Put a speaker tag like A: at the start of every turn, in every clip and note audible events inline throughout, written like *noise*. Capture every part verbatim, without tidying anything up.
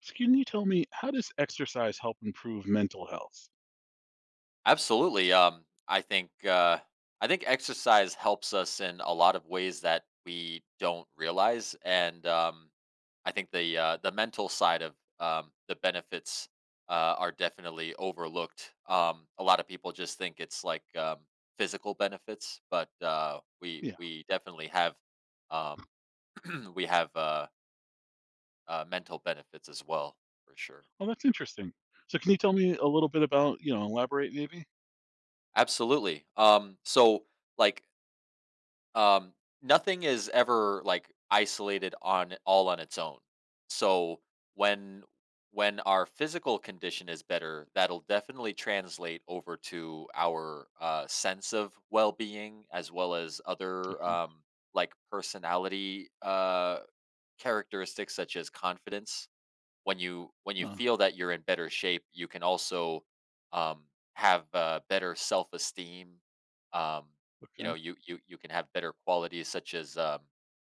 A: So can you tell me, how does exercise help improve mental health?
B: Absolutely. Um, I think uh, I think exercise helps us in a lot of ways that we don't realize, and um, I think the uh, the mental side of um, the benefits uh, are definitely overlooked. Um, a lot of people just think it's like um, physical benefits, but uh, we
A: Yeah.
B: we definitely have um, *clears throat* we have uh, uh, mental benefits as well for sure.
A: Oh, that's interesting. So can you tell me a little bit about, you know, elaborate maybe?
B: Absolutely. Um, so like, Um, nothing is ever like isolated on all on its own. So when when our physical condition is better, that'll definitely translate over to our uh, sense of well-being, as well as other
A: Okay.
B: um, like personality uh, characteristics such as confidence. When you when you
A: Oh,
B: feel that you're in better shape, you can also um, have uh, better self esteem. Um, you know,
A: okay.
B: you you you can have better qualities, such as um,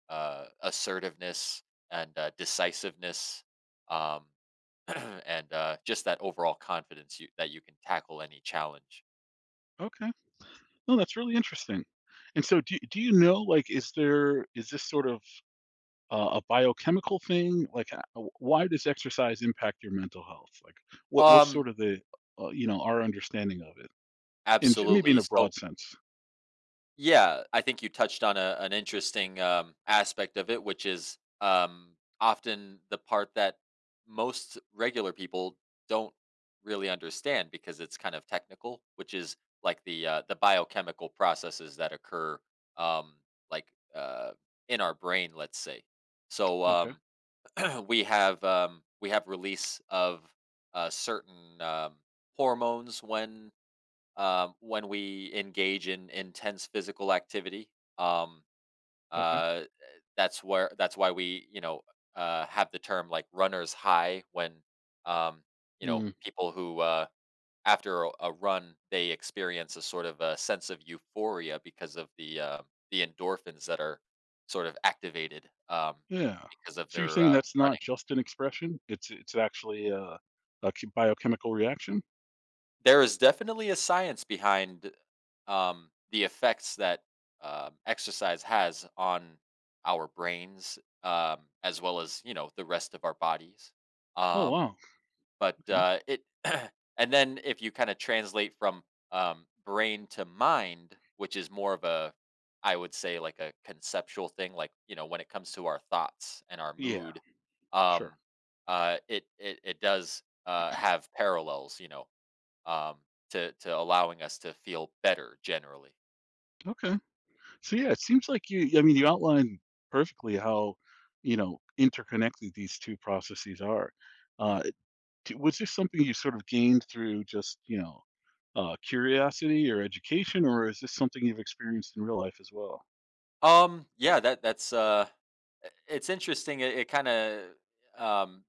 B: uh, assertiveness and uh, decisiveness, um, *clears throat* and uh, just that overall confidence, you, that you can tackle any challenge.
A: Okay. No, that's really interesting. And so do, do you know, like, is there, is this sort of uh, a biochemical thing? Like, uh, w- why does exercise impact your mental health? Like, what, what's
B: Um,
A: sort of the, uh, you know, our understanding of it? And j- maybe in
B: Absolutely.
A: a
B: So,
A: broad sense.
B: Yeah, I think you touched on a, an interesting um, aspect of it, which is um, often the part that most regular people don't really understand because it's kind of technical, which is like the uh, the biochemical processes that occur um, like uh, in our brain, let's say. So
A: Okay.
B: um, *clears throat* we have um, we have release of uh, certain um, hormones when um, when we engage in intense physical activity. Um,
A: Okay.
B: uh, that's where that's why we you know uh, have the term like runner's high, when um, you know,
A: Hmm.
B: people who, uh, after a, a run, they experience a sort of a sense of euphoria because of the uh, the endorphins that are sort of activated um,
A: Yeah.
B: because of
A: So you're
B: their
A: saying
B: uh,
A: that's not
B: running.
A: just an expression? It's it's actually a, a ch- biochemical reaction?
B: There is definitely a science behind um, the effects that um, exercise has on our brains, um, as well as, you know the rest of our bodies.
A: Oh
B: Um,
A: wow.
B: but
A: Okay.
B: uh, it, *clears throat* and then if you kind of translate from um, brain to mind, which is more of a, I would say, like, a conceptual thing, like, you know, when it comes to our thoughts and our
A: Yeah.
B: mood,
A: Sure.
B: um, uh, it, it it does uh, have parallels. You know, um, to to allowing us to feel better generally.
A: Okay. So yeah, it seems like you. I mean, you outlined perfectly how, you know, interconnected these two processes are. Uh,
B: Mm.
A: d- was this something you sort of gained through just, you know, uh, curiosity or education, or is this something you've experienced in real life as well?
B: Um, yeah, that that's uh, I- it's interesting. It, it kind of um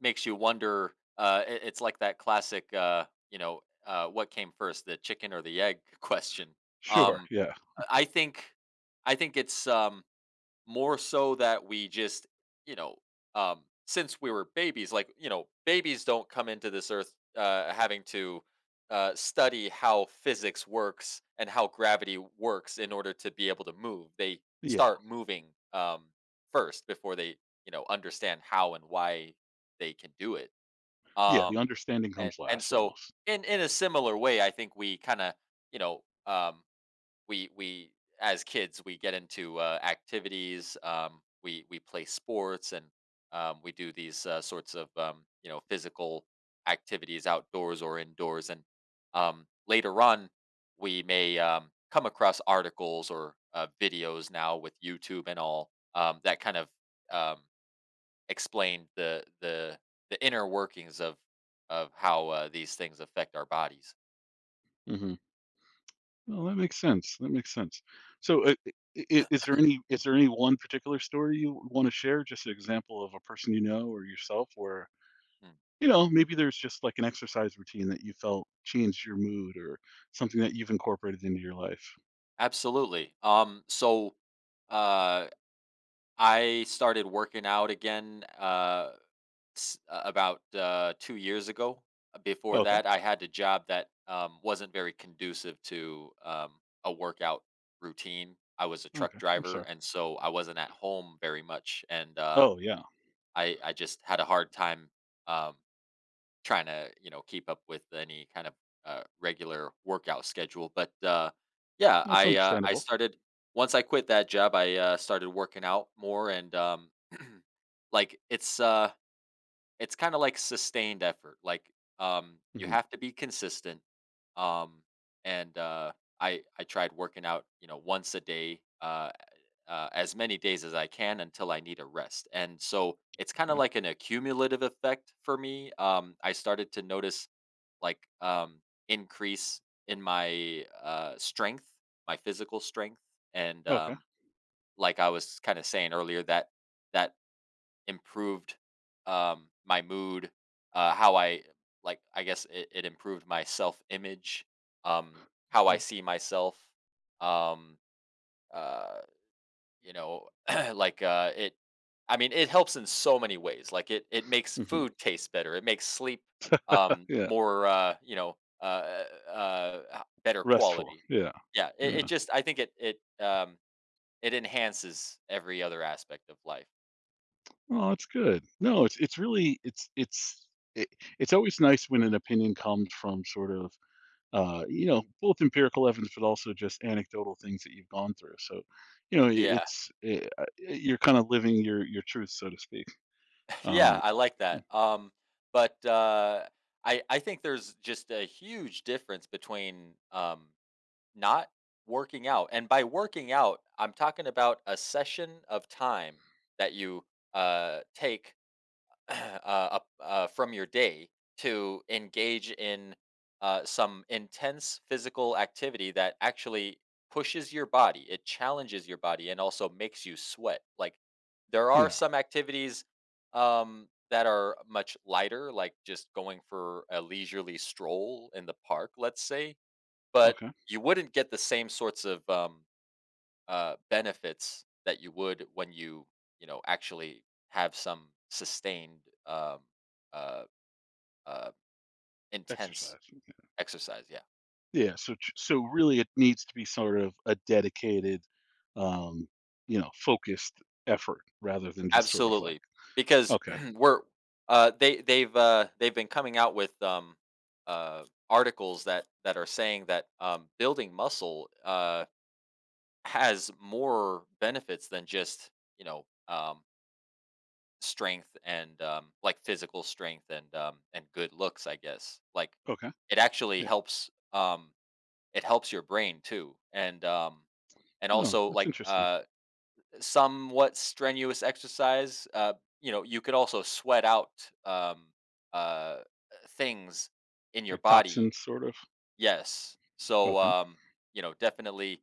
B: makes you wonder. Uh, it, it's like that classic, uh, you know, uh, what came first, the chicken or the egg *laughs* question.
A: Sure.
B: Um,
A: Yeah.
B: I I think, I think it's um more so that we just, you know, um, since we were babies, like, you know, babies don't come into this earth uh, having to uh, study how physics works and how gravity works in order to be able to move. They
A: Yeah.
B: start moving um, first before they, you know, understand how and why they can do it.
A: Yeah. The
B: Um,
A: understanding
B: and,
A: comes
B: and
A: last,
B: so,
A: almost.
B: in, in a similar way, I think we kind of, you know, um, we we, as kids, we get into uh, activities, um, we we play sports and um, we do these uh, sorts of um, you know, physical activities outdoors or indoors, and um, later on we may um, come across articles or uh, videos now with YouTube and all, um, that kind of um, explain the the the inner workings of of how uh, these things affect our bodies.
A: Hmm. Well, that makes sense, that makes sense. So, uh, I I is there any, is there any one particular story you wanna share? Just an example of a person you know or yourself where,
B: Mm,
A: you know, maybe there's just, like, an exercise routine that you felt changed your mood or something that you've incorporated into your life?
B: Absolutely, um, so uh I started working out again, uh, s- uh, about uh, two years ago. Uh, Before
A: Okay,
B: that, I had a job that um, wasn't very conducive to um, a workout routine. I was a truck
A: okay, I'm
B: driver,
A: sorry.
B: and so I wasn't at home very much, and uh,
A: Oh, yeah.
B: I I just had a hard time um, trying to, you know keep up with any kind of uh, regular workout schedule. But uh, yeah,
A: That's
B: I uh, I
A: understandable.
B: started once I quit that job. I uh, started working out more, and um, *clears throat* like, it's, uh it's kinda like sustained effort, like, um, you
A: Mhm,
B: have to be consistent, um, and, uh, I I tried working out, you know, once a day, uh uh, as many days as I can until I need a rest, and so it's kinda
A: okay.
B: like an accumulative effect for me. um, I started to notice, like, um, increase in my uh, strength, my physical strength, and,
A: Okay,
B: um, like I was kinda saying earlier, that that improved um, my mood, uh, how I, like, I guess, it, it improved my self-image, um, how I
A: okay.
B: see myself, um, uh, you know, *clears throat* like, uh, it I mean, it helps in so many ways. Like, it it makes
A: Mhm.
B: food taste better. It makes sleep um
A: Yeah,
B: more, uh, you know, uh uh h- better
A: restful,
B: quality.
A: yeah,
B: Yeah, it, it
A: yeah.
B: just, I think it it um it enhances every other aspect of life.
A: Oh, that's good. No, it's it's really it's it's I it's always nice when an opinion comes from sort of uh, you know, both empirical evidence, but also just anecdotal things that you've gone through. So, you know, i-
B: Yeah.
A: it's i uh, eh, you're kind of living your your truth, so to speak.
B: *laughs* Yeah,
A: Um,
B: I like that. Um, but uh, I I think there's just a huge difference between um, not working out, and by working out, I'm talking about a session of time that you uh, take *clears throat* uh, up, uh, from your day, to engage in uh, some intense physical activity that actually pushes your body, it challenges your body, and also makes you sweat. Like, there are
A: yeah.
B: some activities um, that are much lighter, like just going for a leisurely stroll in the park, let's say, but
A: Okay.
B: you wouldn't get the same sorts of um, uh, benefits that you would when you you know actually have some sustained, um, uh, uh, intense
A: Exercise. Okay.
B: exercise. Yeah,
A: Yeah. So ch- so really, it needs to be sort of a dedicated, um, you know, focused effort rather than just sort of like,
B: absolutely. Because
A: okay,
B: *clears throat* we're uh, they they've uh, they've been coming out with um, uh, articles that that are saying that um, building muscle uh, has more benefits than just you know. Um, Strength and, um, like, physical strength, and, um, and good looks, I guess. Like,
A: okay,
B: it actually
A: yeah.
B: helps, um, it helps your brain too. And, um, and
A: Oh,
B: also,
A: that's
B: like,
A: interesting.
B: uh, somewhat strenuous exercise, uh, you know, you could also sweat out, um, uh, things in your
A: Like
B: body.
A: toxins, sort of.
B: Yes. So,
A: Okay.
B: um, you know, definitely,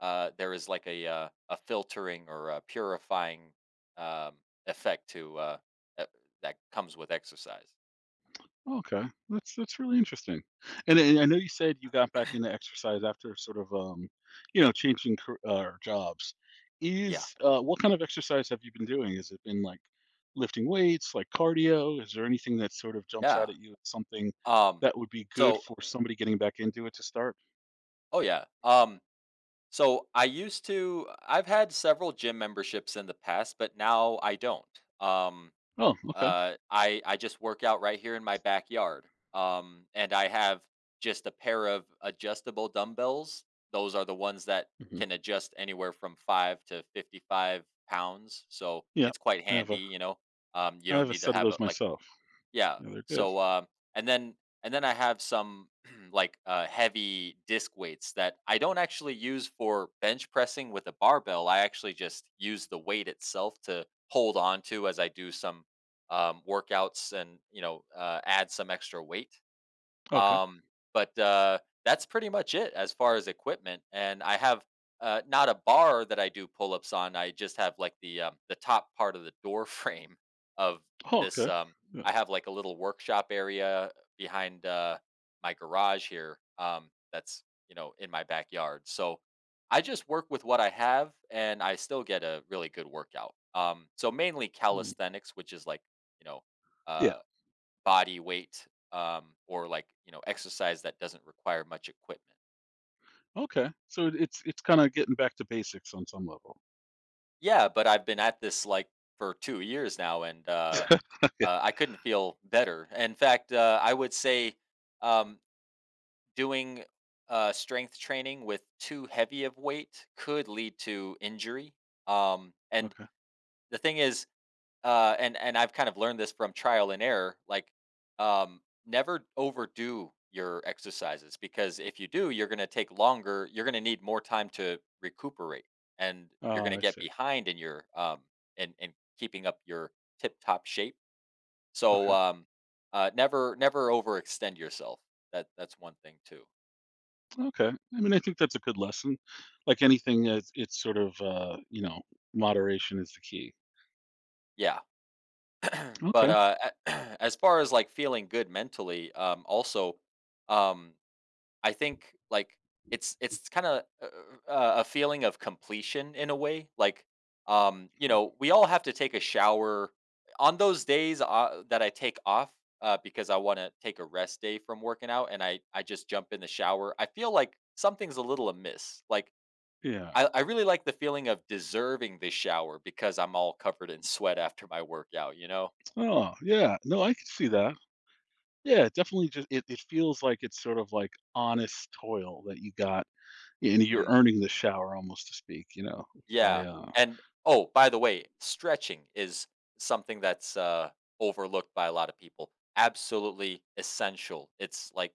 B: uh, there is like a uh, a filtering or a purifying um, effect to, uh, uh, that comes with exercise.
A: Okay, that's that's really interesting. And I I know you said you got back into exercise after sort of, um, you know, changing car uh, jobs.
B: Yeah,
A: Is uh, what kind of exercise have you been doing? Has it been like lifting weights, like cardio? Is there anything that sort of jumps out
B: yeah.
A: at you as something
B: Um,
A: that would be good
B: so,
A: for somebody getting back into it to start?
B: oh yeah. Um, so I used to. I've had several gym memberships in the past, but now I don't. Um,
A: Oh, okay.
B: Uh, I I just work out right here in my backyard. Um, and I have just a pair of adjustable dumbbells. Those are the ones that
A: Mhm.
B: can adjust anywhere from five to fifty-five pounds. So
A: Yeah,
B: it's quite
A: I have
B: handy,
A: a
B: you know. Um, you
A: I
B: don't
A: have a
B: need to
A: set of
B: have a,
A: those
B: like,
A: myself.
B: yeah.
A: Yeah, they're good.
B: So um and then and then I have some *clears throat* like uh heavy disc weights that I don't actually use for bench pressing with a barbell. I actually just use the weight itself to hold on to as I do some um workouts, and you know uh add some extra weight.
A: Okay.
B: Um, but uh, that's pretty much it as far as equipment. And I have uh, not a bar that I do pull ups on. I just have like the um, the top part of the door *laughs* frame of
A: Oh,
B: this.
A: okay.
B: Um,
A: Yeah.
B: I have like a little workshop area behind uh, my garage here. Um, that's, you know in my backyard. So I just work with what I have, and I still get a really good workout. Um, so mainly
A: Mm.
B: calisthenics, which is like you know.
A: Yeah.
B: Uh, Body weight, um, or like, you know exercise that doesn't require much equipment.
A: Okay. So it- it's it's kind of getting back to basics on some level.
B: Yeah, but I've been at this like for two years now, and uh, uh,
A: *laughs*
B: I couldn't feel better. In fact, uh, I would say um, doing uh, strength training with too heavy of weight could lead to injury. Um, and
A: Okay.
B: the thing is, uh, and and I've kind of learned this from trial and error. Like, um, never overdo your exercises, because if you do, you're going to take longer. You're going to need more time to recuperate, and you're
A: Oh,
B: going to
A: I
B: get
A: see.
B: behind in your, um in in keeping up your tip top shape. So
A: Okay.
B: um, uh, never never overextend yourself. That that's one thing too.
A: Okay. I mean, I think that's a good lesson. Like anything, it's, it's sort of, uh, you know, moderation is the key.
B: Yeah, *clears throat* but
A: Okay.
B: uh, a- *clears throat* as far as like feeling good mentally, um, also, um I think, like, it's it's kinda, uh, uh, a feeling of completion in a way, like, um, you
A: Okay.
B: know, we all have to take a shower. On those days, uh, that I take off, uh, because I wanna take a rest day from working out, and I I just jump in the shower, I feel like something's a little amiss, like,
A: Yeah.
B: I I really like the feeling of deserving the shower because I'm all covered in sweat after my workout, you know?
A: Oh, yeah. No, I can see that. Yeah, it definitely just it, it feels like it's sort of like honest toil that you got and you're
B: Mm.
A: earning the shower almost to speak, you know, by
B: Yeah,
A: uh
B: and oh, by the way, stretching is something that's, uh, overlooked by a lot of people. Absolutely essential. It's like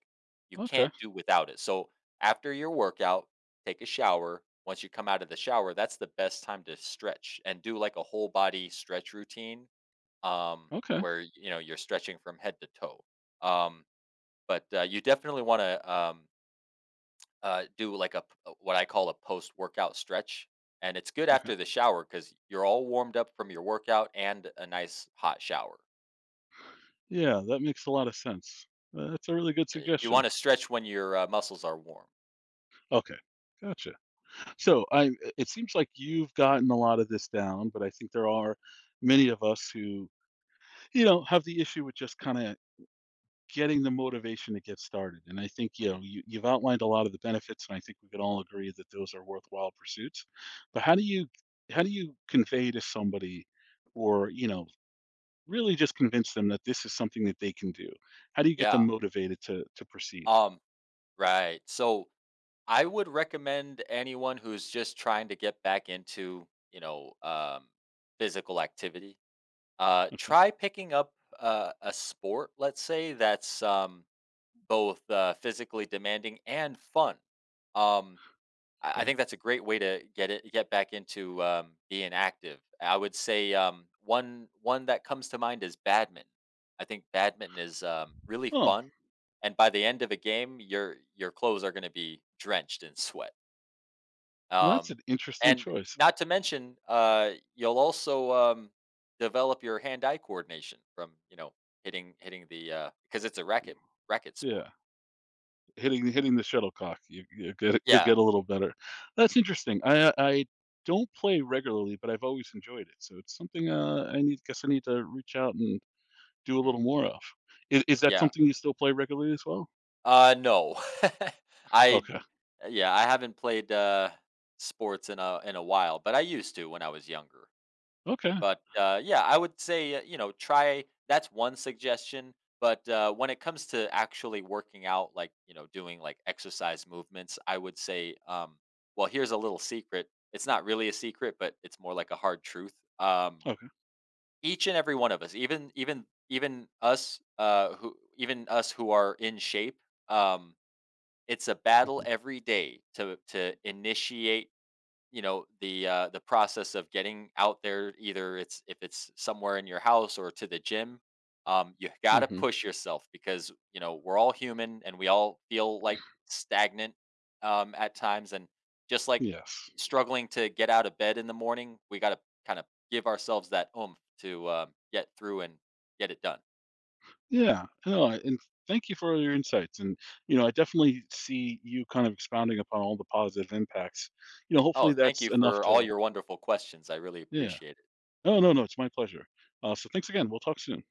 B: you
A: okay,
B: can't do without it. So, after your workout, take a shower. Once you come out of the shower, that's the best time to stretch and do, like, a whole body stretch routine, um,
A: okay,
B: where, you know, you're stretching from head to toe. Um, but, uh, you definitely wanna, um uh, do like a p- uh, what I call a post workout stretch, and it's good
A: okay.
B: after the shower because you're all warmed up from your workout and a nice hot shower.
A: Yeah, that makes a lot of sense. That's a really good
B: Uh, You want
A: suggestion.
B: to stretch when your uh, muscles are warm.
A: Okay. Gotcha. So I uh, it seems like you've gotten a lot of this down, but I think there are many of us who, you know, have the issue with just kind of getting the motivation to get started. And I think, you
B: Mhm,
A: know, you, you've outlined a lot of the benefits, and I think we can all agree that those are worthwhile pursuits. But how do you how do
B: mhm.
A: you convey to somebody or, you know, really just convince them that this is something that they can do? How do you get
B: Yeah.
A: them motivated to to proceed?
B: Um. Right. So I would recommend anyone who's just trying to get back into, you know um, physical activity. Uh,
A: Okay.
B: try picking up uh, a sport, let's say, that's um, both uh, physically demanding and fun. Um, I I
A: Okay.
B: think that's a great way to get it get back into um, being active. I would say um, one one that comes to mind is badminton. I think badminton is um, really
A: Oh,
B: fun, and by the end of a game, your your clothes are going to be drenched in sweat.
A: that's
B: Um,
A: an interesting
B: and
A: choice.
B: not to mention, uh, you'll also um, develop your hand-eye coordination from, you know hitting hitting the because it's a racket racket sport.
A: Yeah. hitting hitting the shuttlecock. You you get, you'll
B: Yeah,
A: get a little better. That's interesting. I I don't play regularly, but I've always enjoyed it. So it's something uh, I need. Guess I need to reach out and do a
B: hmm,
A: little more of. Is, is that
B: yeah.
A: something you still play regularly as well?
B: Uh, no. *laughs* I
A: Okay.
B: uh, Yeah, I haven't played uh sports in a in a while, but I used to when I was younger.
A: Okay.
B: But uh yeah, I would say, uh, you know, try, that's one suggestion, but uh when it comes to actually working out, like, you know, doing like exercise movements, I would say, um well, here's a little secret. It's not really a secret, but it's more like a hard truth. Um
A: Okay.
B: each and every one of us, even even even us uh who even us who are in shape, um it's a battle
A: Hmm.
B: every day to to initiate, you know, the uh, the process of getting out there. Either it's if it's somewhere in your house or to the gym, um, you got to
A: Hmm.
B: push yourself because, you know, we're all human and we all feel like stagnant um, at times. And just like
A: Yes.
B: struggling to get out of bed in the morning, we got to kind of give ourselves that oomph to um, get through and get it done.
A: Yeah. No. I- And thank you for all your insights. And you know, I definitely see you kind of expounding upon all the positive impacts. You know,
B: Oh,
A: hopefully
B: thank
A: that's
B: you
A: enough
B: for all
A: to.
B: your wonderful questions. I really
A: Yeah.
B: appreciate it.
A: No. No. No. It's my pleasure. Uh, so thanks again. We'll talk soon.